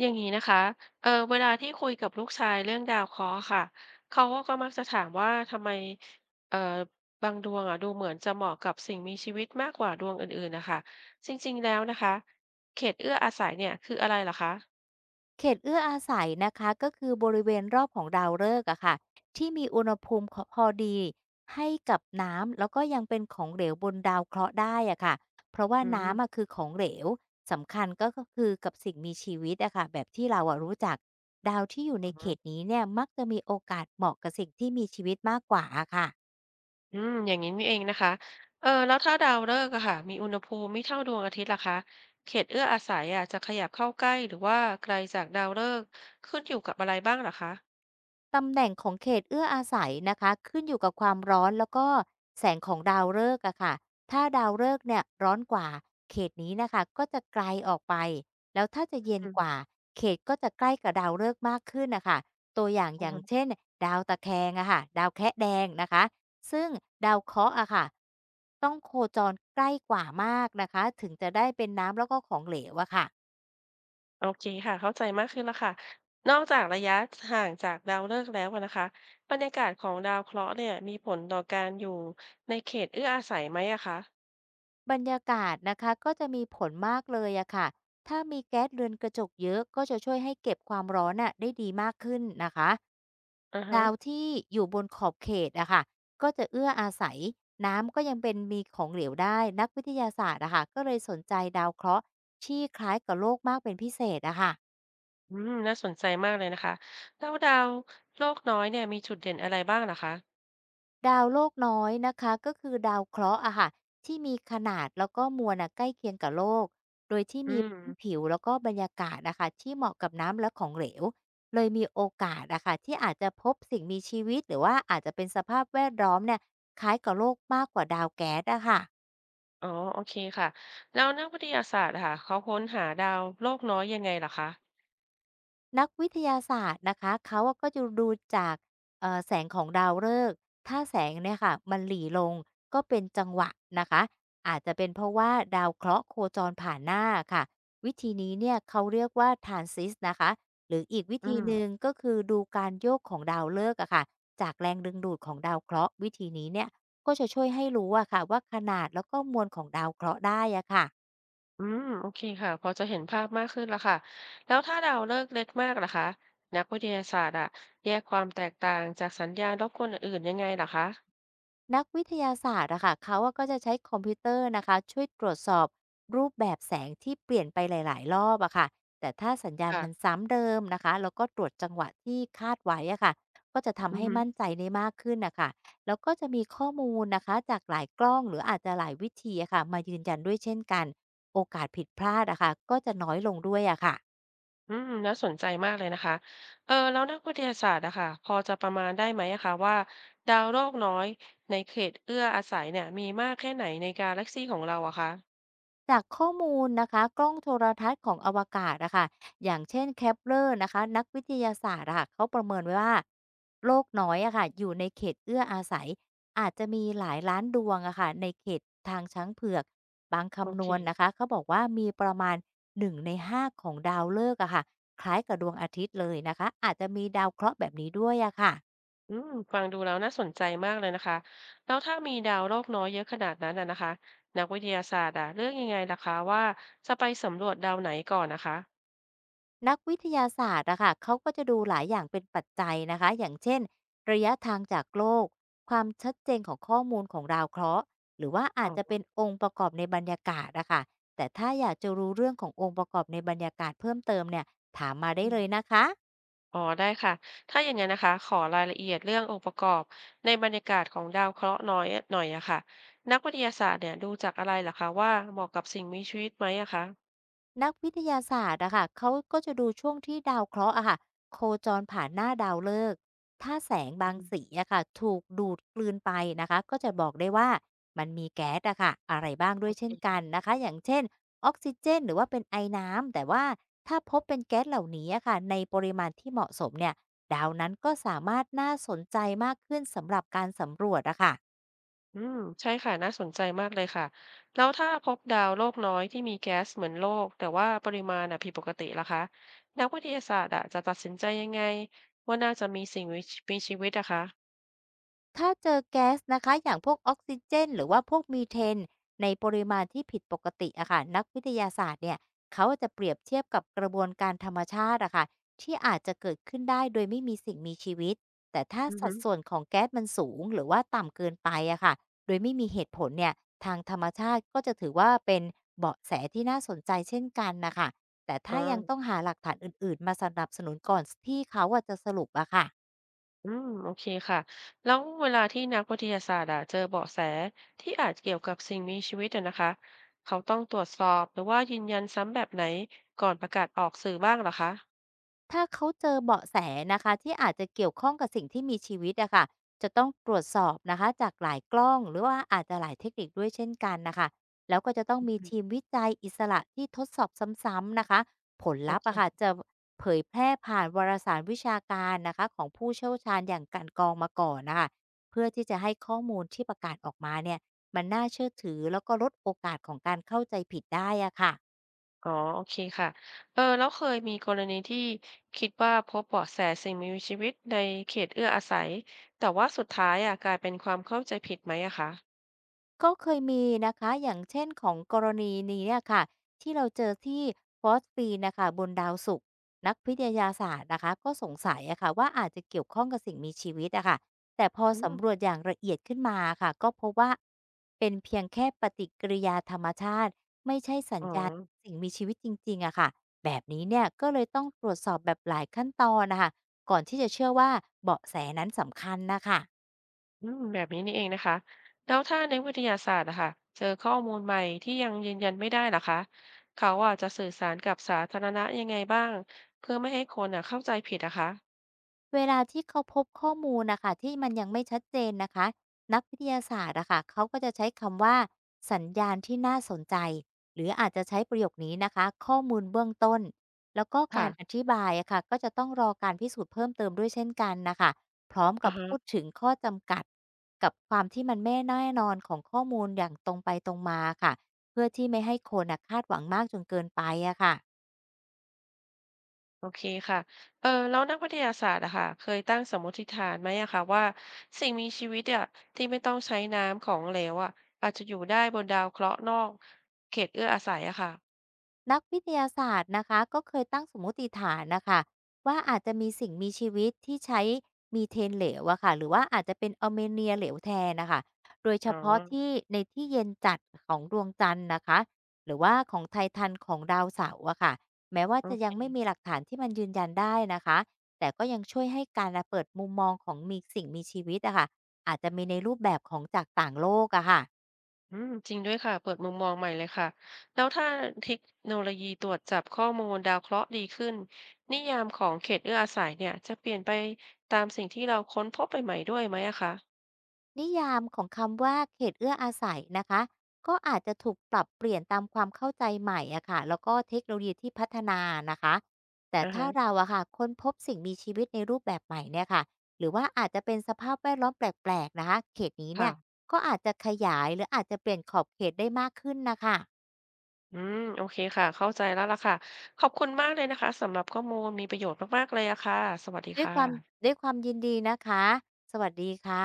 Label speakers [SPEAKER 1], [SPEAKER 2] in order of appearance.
[SPEAKER 1] อย่างนี้นะคะเวลาที่คุยกับลูกชายเรื่องดาวเคราะห์ค่ะเขาก็มักจะถามว่าทำไมเอ่อบางดวงอ่ะดูเหมือนจะเหมาะกับสิ่งมีชีวิตมากกว่าดวงอื่นๆนะคะจริงๆแล้วนะคะเขตเอื้ออาศัยเนี่ยคืออะไรเหรอคะ
[SPEAKER 2] เขตเอื้ออาศัยนะคะก็คือบริเวณรอบของดาวฤกษ์อะค่ะที่มีอุณหภูมิขอพอดีให้กับน้ำแล้วก็ยังเป็นของเหลวบนดาวเคราะห์ได้อะค่ะเพราะว่า
[SPEAKER 1] อืม
[SPEAKER 2] น้ำอะคือของเหลวสำคัญก็ก็คือกับสิ่งมีชีวิตอะค่ะแบบที่เราอะรู้จักดาวที่อยู่
[SPEAKER 1] อื
[SPEAKER 2] ในเขต
[SPEAKER 1] ม
[SPEAKER 2] นี้เนี่ยมักจะมีโอกาสเหมาะกับสิ่งที่มีชีวิตมากกว่าอะค่ะ
[SPEAKER 1] อืมอย่างนี้นี่เองนะคะแล้วถ้าดาวฤกษ์อะค่ะมีอุณหภูมิไม่เท่าดวงอาทิตย์ล่ะคะเขตเอื้ออาศัยอ่ะจะขยับเข้าใกล้หรือว่าไกลจากดาวฤกษ์ขึ้นอยู่กับอะไรบ้างเหรอคะ
[SPEAKER 2] ตำแหน่งของเขตเอื้ออาศัยนะคะขึ้นอยู่กับความร้อนแล้วก็แสงของดาวฤกษ์อะค่ะถ้าดาวฤกษ์เนี่ยร้อนกว่าเขตนี้นะคะก็จะไกลออกไปแล้วถ้าจะเย็น
[SPEAKER 1] อื
[SPEAKER 2] กว่าเขตก็จะใกล้กับดาวฤกษ์มากขึ้นนะคะตัวอย่างอย่าง
[SPEAKER 1] ม
[SPEAKER 2] เช่นดาวตะแคงอะค่ะดาวแคะแดงนะคะซึ่งดาวเคราะห์อะค่ะต้องโคจรใกล้กว่ามากนะคะถึงจะได้เป็นน้ำแล้วก็ของเหลวอะค่ะ
[SPEAKER 1] โอเคค่ะเข้าใจมากขึ้นแล้วค่ะนอกจากระยะห่างจากดาวฤกษ์แล้วอะนะคะบรรยากาศของดาวเคราะห์เนี่ยมีผลต่อการอยู่ในเขตเอื้ออาศัยไหมอะคะ
[SPEAKER 2] บรรยากาศนะคะก็จะมีผลมากเลยอะค่ะถ้ามีแก๊สเรือนกระจกเยอะก็จะช่วยให้เก็บความร้อนน่ะได้ดีมากขึ้นนะคะ
[SPEAKER 1] อือฮะ
[SPEAKER 2] ดาวที่อยู่บนขอบเขตอะค่ะก็จะเอื้ออาศัยน้ำก็ยังเป็นมีของเหลวได้นักวิทยาศาสตร์อะค่ะก็เลยสนใจดาวเคราะห์ที่คล้ายกับโลกมากเป็นพิเศษอะค่ะ
[SPEAKER 1] อืมน่าสนใจมากเลยนะคะแล้วดาวโลกน้อยเนี่ยมีจุดเด่นอะไรบ้างเหรอคะ
[SPEAKER 2] ดาวโลกน้อยนะคะก็คือดาวเคราะห์อะค่ะที่มีขนาดแล้วก็มวลอะใกล้เคียงกับโลกโดยที่
[SPEAKER 1] อื
[SPEAKER 2] มี
[SPEAKER 1] ม
[SPEAKER 2] พื้นผิวแล้วก็บรรยากาศนะคะที่เหมาะกับน้ำและของเหลวเลยมีโอกาสอะค่ะที่อาจจะพบสิ่งมีชีวิตหรือว่าอาจจะเป็นสภาพแวดล้อมเนี่ยคล้ายกับโลกมากกว่าดาวแก๊สอะค่ะ
[SPEAKER 1] อ๋อโอเคค่ะแล้วนักวิทยาศาสตร์อะค่ะเขาค้นหาดาวโลกน้อยยังไงเหรอคะ
[SPEAKER 2] นักวิทยาศาสตร์นะคะ เขาอะก็จะดูจากแสงของดาวฤกษ์ถ้าแสงเนี่ยค่ะมันหลี่ลงก็เป็นจังหวะนะคะ อาจจะเป็นเพราะว่าดาวเคราะห์โคจรผ่านหน้าค่ะวิธีนี้เนี่ยเขาเรียกว่า Transit นซิสนะคะหรืออีกวิ
[SPEAKER 1] อื
[SPEAKER 2] ธีหนึ่ง
[SPEAKER 1] ม
[SPEAKER 2] ก็คือดูการโยกของดาวฤกษ์อะค่ะจากแรงดึงดูดของดาวเคราะห์วิธีนี้เนี่ยก็จะช่วยให้รู้อะค่ะว่าขนาดแล้วก็มวลของดาวเคราะห์ได้อะค่ะ
[SPEAKER 1] อืมโอเคค่ะพอจะเห็นภาพมากขึ้นแล้วค่ะแล้วถ้าดาวฤกษ์เล็กมากล่ะคะนักวิทยาศาสตร์อะแยกความแตกต่างจากสัญญาณรบกวนอื่นๆยังไงล่ะคะ
[SPEAKER 2] นักวิทยาศาสตร์อะค่ะ เขาอะก็จะใช้คอมพิวเตอร์นะคะช่วยตรวจสอบรูปแบบแสงที่เปลี่ยนไปหลายๆรอบอะค่ะแต่ถ้าสัญญาณมัน
[SPEAKER 1] ค่ะ
[SPEAKER 2] ซ้ำเดิมนะคะแล้วก็ตรวจจังหวะที่คาดไว้อะค่ะ ก็จะ
[SPEAKER 1] อื
[SPEAKER 2] ทำ
[SPEAKER 1] อ
[SPEAKER 2] ให้
[SPEAKER 1] ฮึ
[SPEAKER 2] มั่นใจได้มากขึ้นนะคะแล้วก็จะมีข้อมูลนะคะจากหลายกล้องหรืออาจจะหลายวิธีอะค่ะมายืนยันด้วยเช่นกัน โอกาสผิดพลาดอะค่ะก็จะน้อยลงด้วยอะค่ะ
[SPEAKER 1] อืมน่าสนใจมากเลยนะคะแล้วนักวิทยาศาสตร์อะค่ะพอจะประมาณได้ไหมอะคะว่าดาวโลกน้อยในเขตเอื้ออาศัยเนี่ยมีมากแค่ไหนในกาแล็กซี่ของเราอะคะ
[SPEAKER 2] จากข้อมูลนะคะกล้องโทรทัศน์ของอวกาศอะค่ะอย่างเช่นแคปเลอร์นะคะนักวิทยาศาสตร์อะค่ะเขาประเมินไว้ว่าโลกน้อยอะค่ะอยู่ในเขตเอื้ออาศัยอาจจะมีหลายล้านดวงอะค่ะในเขตทางช้างเผือกบาง
[SPEAKER 1] โอ
[SPEAKER 2] คำน
[SPEAKER 1] เค
[SPEAKER 2] วณนะคะเขาบอกว่ามีประมาณ1ในห้าของดาวฤกษ์อะค่ะคล้ายกับดวงอาทิตย์เลยนะคะอาจจะมีดาวเคราะห์แบบนี้ด้วยอะค่ะ
[SPEAKER 1] อืมฟังดูแล้วน่าสนใจมากเลยนะคะแล้วถ้ามีดาวโลกน้อยเยอะขนาดนั้นนะคะนักวิทยาศาสตร์อะเลือกยังไงล่ะคะว่าจะไปสำรวจดาวไหนก่อนนะคะ
[SPEAKER 2] นักวิทยาศาสตร์อะค่ะเขาก็จะดูหลายอย่างเป็นปัจจัยนะคะอย่างเช่นระยะทางจากโลกความชัดเจนของข้อมูลของดาวเคราะห์หรือว่าอา
[SPEAKER 1] อ๋
[SPEAKER 2] จจะ
[SPEAKER 1] อ
[SPEAKER 2] เป็นองค์ประกอบในบรรยากาศอะค่ะแต่ถ้าอยากจะรู้เรื่องขององค์ประกอบในบรรยากาศเพิ่มเติมเนี่ยถามมาได้
[SPEAKER 1] อื
[SPEAKER 2] เลย
[SPEAKER 1] ม
[SPEAKER 2] นะคะ
[SPEAKER 1] อ๋อได้ค่ะถ้าอย่างนั้นนะคะขอรายละเอียดเรื่ององค์ประกอบในบรรยากาศของดาวเคราะห์น้อยหน่อยอะค่ะนักวิทยาศาสตร์เนี่ยดูจากอะไรล่ะคะว่าเหมาะกับสิ่งมีชีวิตไหมอะคะ
[SPEAKER 2] นักวิทยาศาสตร์อะค่ะเขาก็จะดูช่วงที่ดาวเคราะห์อะค่ะโคจรผ่านหน้าดาวฤกษ์ถ้าแสง
[SPEAKER 1] อื
[SPEAKER 2] บาง
[SPEAKER 1] ม
[SPEAKER 2] สีอะค่ะถูกดูดกลืนไปนะคะก็จะบอกได้ว่ามันมีแก๊สอะค่ะอะไรบ้าง
[SPEAKER 1] โอ
[SPEAKER 2] ด้วยเช่นกั
[SPEAKER 1] เค
[SPEAKER 2] นนะคะอย่างเช่นออกซิเจนหรือว่าเป็นไอน้ำแต่ว่าถ้าพบเป็นแก๊สเหล่านี้อะค่ะในปริมาณที่เหมาะสมเนี่ยดาวนั้นก็สามารถน่าสนใจมากขึ้นสำหรับการสำรวจอะค่ะ
[SPEAKER 1] อืมใช่ค่ะน่าสนใจมากเลยค่ะแล้วถ้าพบดาวโลกน้อยที่มีแก๊สเหมือนโลกแต่ว่าปริมาณอ่ะผิดปกติล่ะคะนักวิทยาศาสตร์อ่ะจะตัดสินใจยังไงว่าน่าจะมีสิ่งมีชีวิตอะคะ
[SPEAKER 2] ถ้าเจอแก๊สนะคะอย่างพวกออกซิเจนหรือว่าพวกมีเทนในปริมาณที่ผิดปกติอะค่ะนักวิทยาศาสตร์เนี่ยเขาจะเปรียบเทียบกับกระบวนการธรรมชาติอะค่ะที่อาจจะเกิดขึ้นได้โดยไม่มีสิ่งมีชีวิตแต่ถ้า
[SPEAKER 1] อือ
[SPEAKER 2] สั
[SPEAKER 1] ฮึ
[SPEAKER 2] ดส่วนของแก๊สมันสูงหรือว่าต่ำเกินไปอะค่ะโดยไม่มีเหตุผลเนี่ยทางธรรมชาติก็จะถือว่าเป็นเบาะแสที่น่าสนใจเช่นกันนะคะแต่
[SPEAKER 1] อ่
[SPEAKER 2] ถ้า
[SPEAKER 1] า
[SPEAKER 2] ยังต้องหาหลักฐานอื่นๆมาสนับสนุนก่อนที่เขาอะจะสรุปอะค่ะ
[SPEAKER 1] อืมโอเคค่ะแล้วเวลาที่นักวิทยาศาสตร์อะเจอเบาะแสที่อาจเกี่ยวกับสิ่งมีชีวิตอะนะคะเขาต้องตรวจสอบหรือว่ายืนยันซ้ำแบบไหนก่อนประกาศออกสื่อบ้างเหรอคะ
[SPEAKER 2] ถ้าเขาเจอเบาะแสนะคะที่อาจจะเกี่ยวข้องกับสิ่งที่มีชีวิตอะค่ะจะต้องตรวจสอบนะคะจากหลายกล้องหรือว่าอาจจะหลายเทคนิคด้วยเช่นกันนะคะแล้วก็จะต้องมีทีมวิจัยอิสระที่ทดสอบซ้ำๆนะคะผล
[SPEAKER 1] โอ
[SPEAKER 2] ลัพธ์อะค่ะ
[SPEAKER 1] เค
[SPEAKER 2] จะเผยแพร่ผ่านวารสารวิชาการนะคะของผู้เชี่ยวชาญอย่างกาันกรองมาก่อนนะคะเพื่อที่จะให้ข้อมูลที่ประกาศออกมาเนี่ยมันน่าเชื่อถือแล้วก็ลดโอกาสของการเข้าใจผิดได้อะค่ะ
[SPEAKER 1] อ๋อโอเคค่ะแล้วเคยมีกรณีที่คิดว่าพบเบาะแสสิ่งมีชีวิตในเขตเอื้ออาศัย แต่ว่าสุดท้ายอ่ะกลายเป็นความเข้าใจผิดไหมอะคะ
[SPEAKER 2] ก็เคยมีนะคะอย่างเช่นของกรณีนี้เนี่ยค่ะที่เราเจอที่ฟอสฟีนน่ะคะบนดาวศุกร์นักวิทยาศาสตร์นะคะก็สงสัยอะค่ะว่าอาจจะเกี่ยวข้องกับสิ่งมีชีวิตอะค่ะแต่พอ
[SPEAKER 1] อืม
[SPEAKER 2] สำรวจอย่างละเอียดขึ้นมาค่ะก็พบว่าเป็นเพียงแค่ปฏิกิริยาธรรมชาติ
[SPEAKER 1] อ๋อ
[SPEAKER 2] สิ่งมีชีวิตจริงๆอะค่ะแบบนี้เนี่ยก็เลยต้องตรวจสอบแบบหลายขั้นตอนนะคะก่อนที่จะเชื่อว่าเบาะแสนั้นสำคัญนะคะ
[SPEAKER 1] อืมแบบนี้นี่เองนะคะ แล้วถ้าในวิทยาศาสตร์อะค่ะเจอข้อมูลใหม่ที่ยังยืนยันไม่ได้ล่ะคะเขาอ่ะจะสื่อสารกับสาธารณะยังไงบ้างเพื่อไม่ให้คนอ่ะเข้าใจผิดอะคะ
[SPEAKER 2] เวลาที่เขาพบข้อมูลนะคะที่มันยังไม่ชัดเจนนะคะนักวิทยาศาสตร์อะค่ะเขาก็จะใช้คำว่าสัญญาณที่น่าสนใจหรืออาจจะใช้ประโยคนี้นะคะข้อมูลเบื้องต้นแล้วก็กา
[SPEAKER 1] ค่ะ
[SPEAKER 2] รอธิบายอะค่ะก็จะต้องรอการพิสูจน์เพิ่มเติมด้วยเช่นกันนะคะพร้อม
[SPEAKER 1] อ่า
[SPEAKER 2] กับ
[SPEAKER 1] ฮะ
[SPEAKER 2] พูดถึงข้อจำกัดกับความที่มันไม่แน่นอนของข้อมูลอย่างตรงไปตรงมาค่ะเพื่อที่ไม่ให้คน่ะคาดหวังมากจนเกินไปอะค่ะ
[SPEAKER 1] โอเคค่ะแล้วนักวิทยาศาสตร์อะค่ะเคยตั้งสมมติฐานไหมอะค่ะว่าสิ่งมีชีวิตอะที่ไม่ต้องใช้น้ำของเหลวอะอาจจะอยู่ได้บนดาวเคราะห์นอกเขตเอื้ออาศัยอะค่ะ
[SPEAKER 2] นักวิทยาศาสตร์นะคะก็เคยตั้งสมมติฐานนะคะว่าอาจจะมีสิ่งมีชีวิตที่ใช้มีเทนเหลวอะค่ะหรือว่าอาจจะเป็นอลเมเนียเหลวแทนนะคะโดยเฉ
[SPEAKER 1] อ๋อ
[SPEAKER 2] พาะที่ในที่เย็นจัดของดวงจันทร์นะคะหรือว่าของไททันของดาวเสาร์อะค่ะแม้ว่า
[SPEAKER 1] อื
[SPEAKER 2] จะยัง
[SPEAKER 1] ม
[SPEAKER 2] ไม่มีหลักฐานที่มันยืนยันได้นะคะแต่ก็ยังช่วยให้การเปิดมุมมองของมีสิ่งมีชีวิตอะค่ะอาจจะมีในรูปแบบของจากต่างโลกอะค่ะ
[SPEAKER 1] อืมจริงด้วยค่ะเปิดมุมมองใหม่เลยค่ะแล้วถ้าเทคโนโลยีตรวจจับข้อมูลดาวเคราะห์ดีขึ้นนิยามของเขตเอื้ออาศัยเนี่ยจะเปลี่ยนไปตามสิ่งที่เราค้นพบใหม่ๆด้วยไหมอะคะ
[SPEAKER 2] นิยามของคำว่าเขตเอื้ออาศัยนะคะก็อาจจะถูกปรับเปลี่ยนตามความเข้าใจใหม่อะค่ะแล้วก็เทคโนโลยีที่พัฒนานะคะแต่
[SPEAKER 1] อ่า
[SPEAKER 2] ถ้า
[SPEAKER 1] ฮะ
[SPEAKER 2] เราอะค่ะค้นพบสิ่งมีชีวิตในรูปแบบใหม่เนี่ยค่ะหรือว่าอาจจะเป็นสภาพแวดล้อมแปลกๆนะคะเขตนี้เนี่ย
[SPEAKER 1] ค่ะ
[SPEAKER 2] ก็อาจจะขยายหรืออาจจะเปลี่ยนขอบเขตได้มากขึ้นนะคะ
[SPEAKER 1] อืมโอเคค่ะเข้าใจแล้วล่ะค่ะขอบคุณมากเลยนะคะสำหรับข้อมูลมีประโยชน์มากๆเลยอะค่ะสวัสดี
[SPEAKER 2] ด้วย
[SPEAKER 1] ค่
[SPEAKER 2] ความ
[SPEAKER 1] ะ
[SPEAKER 2] ด้วยความยินดีนะคะสวัสดีค่ะ